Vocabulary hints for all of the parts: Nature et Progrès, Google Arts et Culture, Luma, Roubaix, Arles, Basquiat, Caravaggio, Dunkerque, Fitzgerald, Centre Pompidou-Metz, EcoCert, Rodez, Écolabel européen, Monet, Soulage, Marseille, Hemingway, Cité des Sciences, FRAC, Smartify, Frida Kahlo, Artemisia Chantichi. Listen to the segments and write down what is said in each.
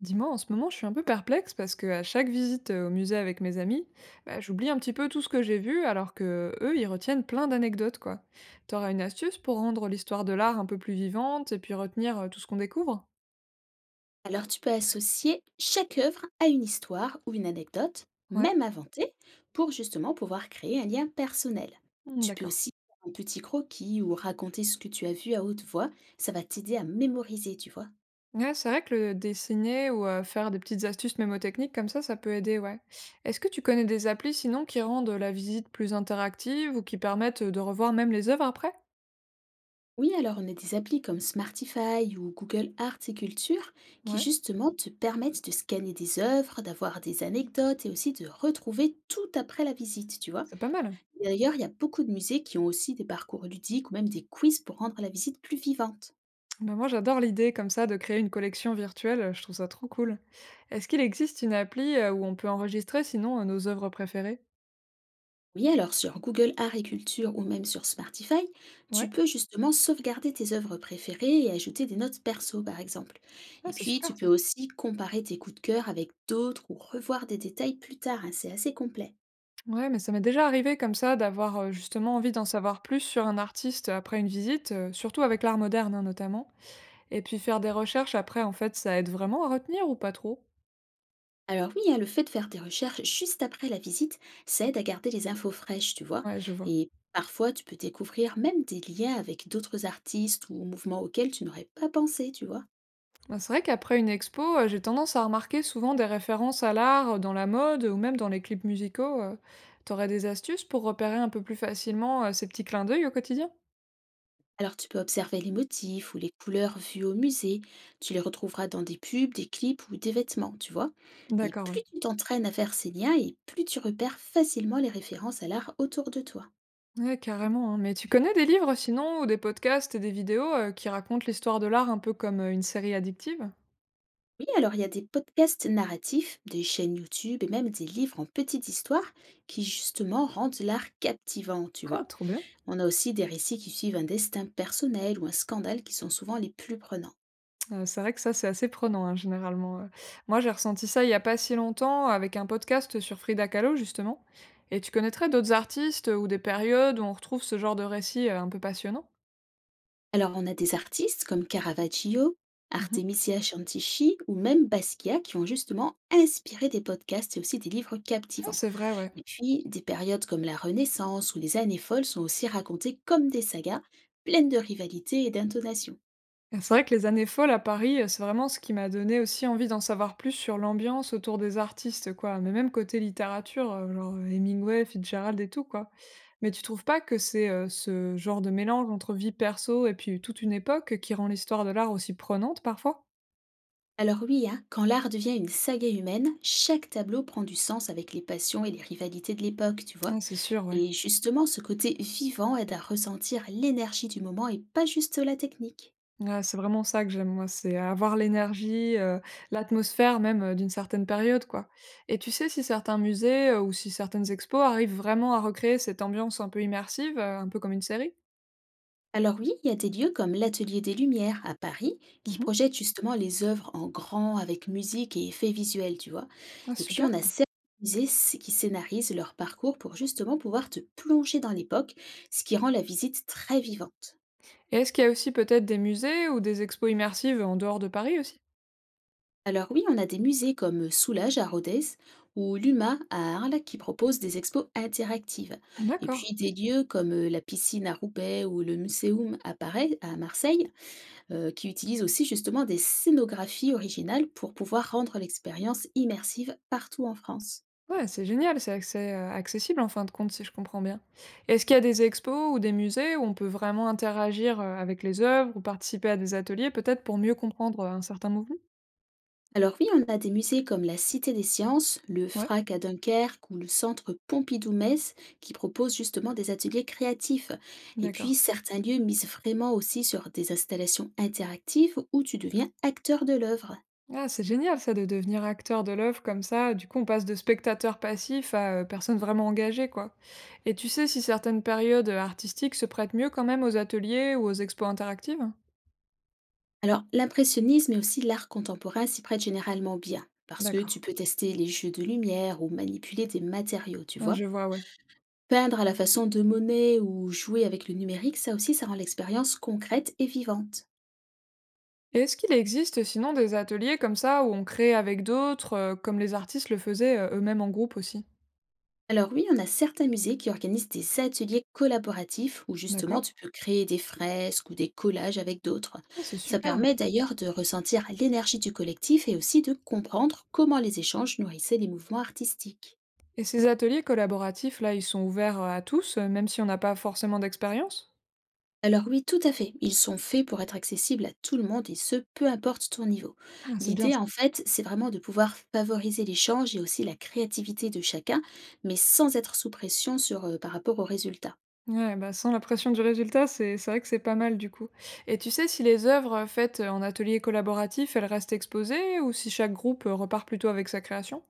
Dis-moi, en ce moment, je suis un peu perplexe parce qu'à chaque visite au musée avec mes amis, bah, j'oublie un petit peu tout ce que j'ai vu alors que eux, ils retiennent plein d'anecdotes, quoi. T'auras une astuce pour rendre l'histoire de l'art un peu plus vivante et puis retenir tout ce qu'on découvre? Alors tu peux associer chaque œuvre à une histoire ou une anecdote, Ouais. même inventée, pour justement pouvoir créer un lien personnel. Hmm, Tu peux d'accord. aussi faire un petit croquis ou raconter ce que tu as vu à haute voix, ça va t'aider à mémoriser, tu vois. Ouais, c'est vrai que le dessiner ou faire des petites astuces mémotechniques comme ça peut aider, ouais. Est-ce que tu connais des applis sinon qui rendent la visite plus interactive ou qui permettent de revoir même les œuvres après? Oui, alors on a des applis comme Smartify ou Google Arts et Culture qui Ouais, justement te permettent de scanner des œuvres, d'avoir des anecdotes et aussi de retrouver tout après la visite, tu vois. c'est pas mal. D'ailleurs, il y a beaucoup de musées qui ont aussi des parcours ludiques ou même des quiz pour rendre la visite plus vivante. Bah, moi, j'adore l'idée comme ça de créer une collection virtuelle, je trouve ça trop cool. Est-ce qu'il existe une appli où on peut enregistrer sinon nos œuvres préférées? Oui, alors sur Google Agriculture ou même sur Smartify, tu Ouais, peux justement sauvegarder tes œuvres préférées et ajouter des notes perso, par exemple. Et ouais, c'est puis, tu super peux ça. aussi comparer tes coups de cœur avec d'autres ou revoir des détails plus tard, hein, c'est assez complet. Ouais, mais ça m'est déjà arrivé comme ça d'avoir justement envie d'en savoir plus sur un artiste après une visite, surtout avec l'art moderne hein, notamment. Et puis faire des recherches après, en fait, ça aide vraiment à retenir ou pas trop? Alors oui, hein, le fait de faire des recherches juste après la visite, ça aide à garder les infos fraîches, tu vois. Ouais, je vois. Et parfois, tu peux découvrir même des liens avec d'autres artistes ou mouvements auxquels tu n'aurais pas pensé, tu vois. Bah, c'est vrai qu'après une expo, j'ai tendance à remarquer souvent des références à l'art, dans la mode ou même dans les clips musicaux. Tu des astuces pour repérer un peu plus facilement, ces petits clins d'œil au quotidien? Alors tu peux observer les motifs ou les couleurs vues au musée. Tu les retrouveras dans des pubs, des clips ou des vêtements, tu vois. Et D'accord, plus ouais. tu t'entraînes à faire ces liens et plus tu repères facilement les références à l'art autour de toi. Ouais, carrément, hein. Mais tu connais des livres sinon ou des podcasts et des vidéos, qui racontent l'histoire de l'art un peu comme, une série addictive? Oui, alors il y a des podcasts narratifs, des chaînes YouTube et même des livres en petites histoires qui justement rendent l'art captivant, tu Ah, vois. trop bien! On a aussi des récits qui suivent un destin personnel ou un scandale qui sont souvent les plus prenants. C'est vrai que ça, c'est assez prenant, hein, généralement. Moi, j'ai ressenti ça il y a pas si longtemps avec un podcast sur Frida Kahlo, justement. Et tu connaîtrais d'autres artistes ou des périodes où on retrouve ce genre de récit, un peu passionnant? Alors, on a des artistes comme Caravaggio, Mmh. Artemisia Chantichi ou même Basquiat qui ont justement inspiré des podcasts et aussi des livres Ah, captivants. c'est vrai, ouais. Et puis, des périodes comme la Renaissance ou les années folles sont aussi racontées comme des sagas, pleines de rivalité et d'intonation. Et c'est vrai que les années folles à Paris, c'est vraiment ce qui m'a donné aussi envie d'en savoir plus sur l'ambiance autour des artistes, quoi. Mais même côté littérature, genre, Hemingway, Fitzgerald et tout, quoi. Mais tu trouves pas que c'est, ce genre de mélange entre vie perso et puis toute une époque qui rend l'histoire de l'art aussi prenante, parfois? Alors oui, hein, quand l'art devient une saga humaine, chaque tableau prend du sens avec les passions et les rivalités de l'époque, tu vois. Ouais, c'est sûr, ouais. Et justement, ce côté vivant aide à ressentir l'énergie du moment et pas juste la technique. Ouais, c'est vraiment ça que j'aime, moi, c'est avoir l'énergie, l'atmosphère même, d'une certaine période, quoi. Et tu sais si certains musées, ou si certaines expos arrivent vraiment à recréer cette ambiance un peu immersive, un peu comme une série? Alors oui, il y a des lieux comme l'Atelier des Lumières à Paris qui Mmh. projettent justement les œuvres en grand avec musique et effets visuels, tu vois. Ah Et puis super on a ça. certains qui scénarisent leur parcours pour justement pouvoir te plonger dans l'époque, ce qui rend la visite très vivante. Et est-ce qu'il y a aussi peut-être des musées ou des expos immersives en dehors de Paris aussi? Alors oui, on a des musées comme Soulage à Rodez ou Luma à Arles qui proposent des expos interactives. Et D'accord. puis des lieux comme la piscine à Roubaix ou le Muséum à à Marseille qui utilisent aussi justement des scénographies originales pour pouvoir rendre l'expérience immersive partout en France. Ouais, c'est génial, accessible en fin de compte, si je comprends bien. Est-ce qu'il y a des expos ou des musées où on peut vraiment interagir, avec les œuvres ou participer à des ateliers peut-être pour mieux comprendre, un certain mouvement? Alors oui, on a des musées comme la Cité des Sciences, le Ouais, FRAC à Dunkerque ou le Centre Pompidou-Metz qui proposent justement des ateliers créatifs. Et d'accord. puis certains lieux misent vraiment aussi sur des installations interactives où tu deviens acteur de l'œuvre. Ah, c'est génial ça de devenir acteur de l'œuvre comme ça, du coup on passe de spectateur passif à, personne vraiment engagée quoi. Et tu sais si certaines périodes, artistiques se prêtent mieux quand même aux ateliers ou aux expos interactives? Alors l'impressionnisme et aussi l'art contemporain s'y prêtent généralement bien, parce que D'accord, tu peux tester les jeux de lumière ou manipuler des matériaux, tu hein, vois? je vois, ouais. Peindre à la façon de Monet ou jouer avec le numérique, ça aussi, ça rend l'expérience concrète et vivante. Est-ce qu'il existe sinon des ateliers comme ça où on crée avec d'autres, comme les artistes le faisaient, eux-mêmes en groupe aussi? Alors oui, on a certains musées qui organisent des ateliers collaboratifs où justement D'accord. tu peux créer des fresques ou des collages avec d'autres. Ah, c'est Ça super permet d'ailleurs de ressentir l'énergie du collectif et aussi de comprendre comment les échanges nourrissaient les mouvements artistiques. et ces ateliers collaboratifs là, ils sont ouverts, à tous, même si on n'a pas forcément d'expérience? Alors oui, tout à fait. Ils sont faits pour être accessibles à tout le monde et ce, peu importe ton niveau. Ah, c'est bien L'idée, ça. en fait, c'est vraiment de pouvoir favoriser l'échange et aussi la créativité de chacun, mais sans être sous pression sur, par rapport aux résultats. Ouais, bah, sans la pression du résultat, c'est vrai que c'est pas mal du coup et tu sais si les œuvres, faites, en atelier collaboratif, elles restent exposées ou si chaque groupe, repart plutôt avec sa création?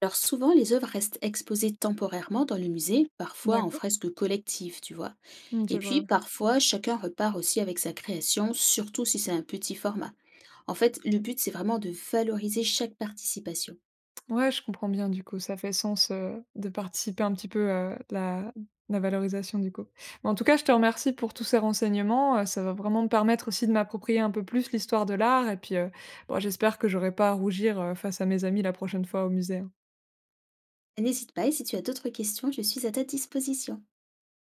Alors souvent, les œuvres restent exposées temporairement dans le musée, parfois en D'accord. fresque collective, tu vois. Mmh, Et je vois, puis, ouais. parfois, chacun repart aussi avec sa création, surtout si c'est un petit format. En fait, le but, c'est vraiment de valoriser chaque participation. Ouais, je comprends bien du coup, ça fait sens, de participer un petit peu à la valorisation du coup. Mais en tout cas, je te remercie pour tous ces renseignements, ça va vraiment me permettre aussi de m'approprier un peu plus l'histoire de l'art et puis, bon j'espère que j'aurai pas à rougir, face à mes amis la prochaine fois au musée, hein. N'hésite pas et si tu as d'autres questions, je suis à ta disposition.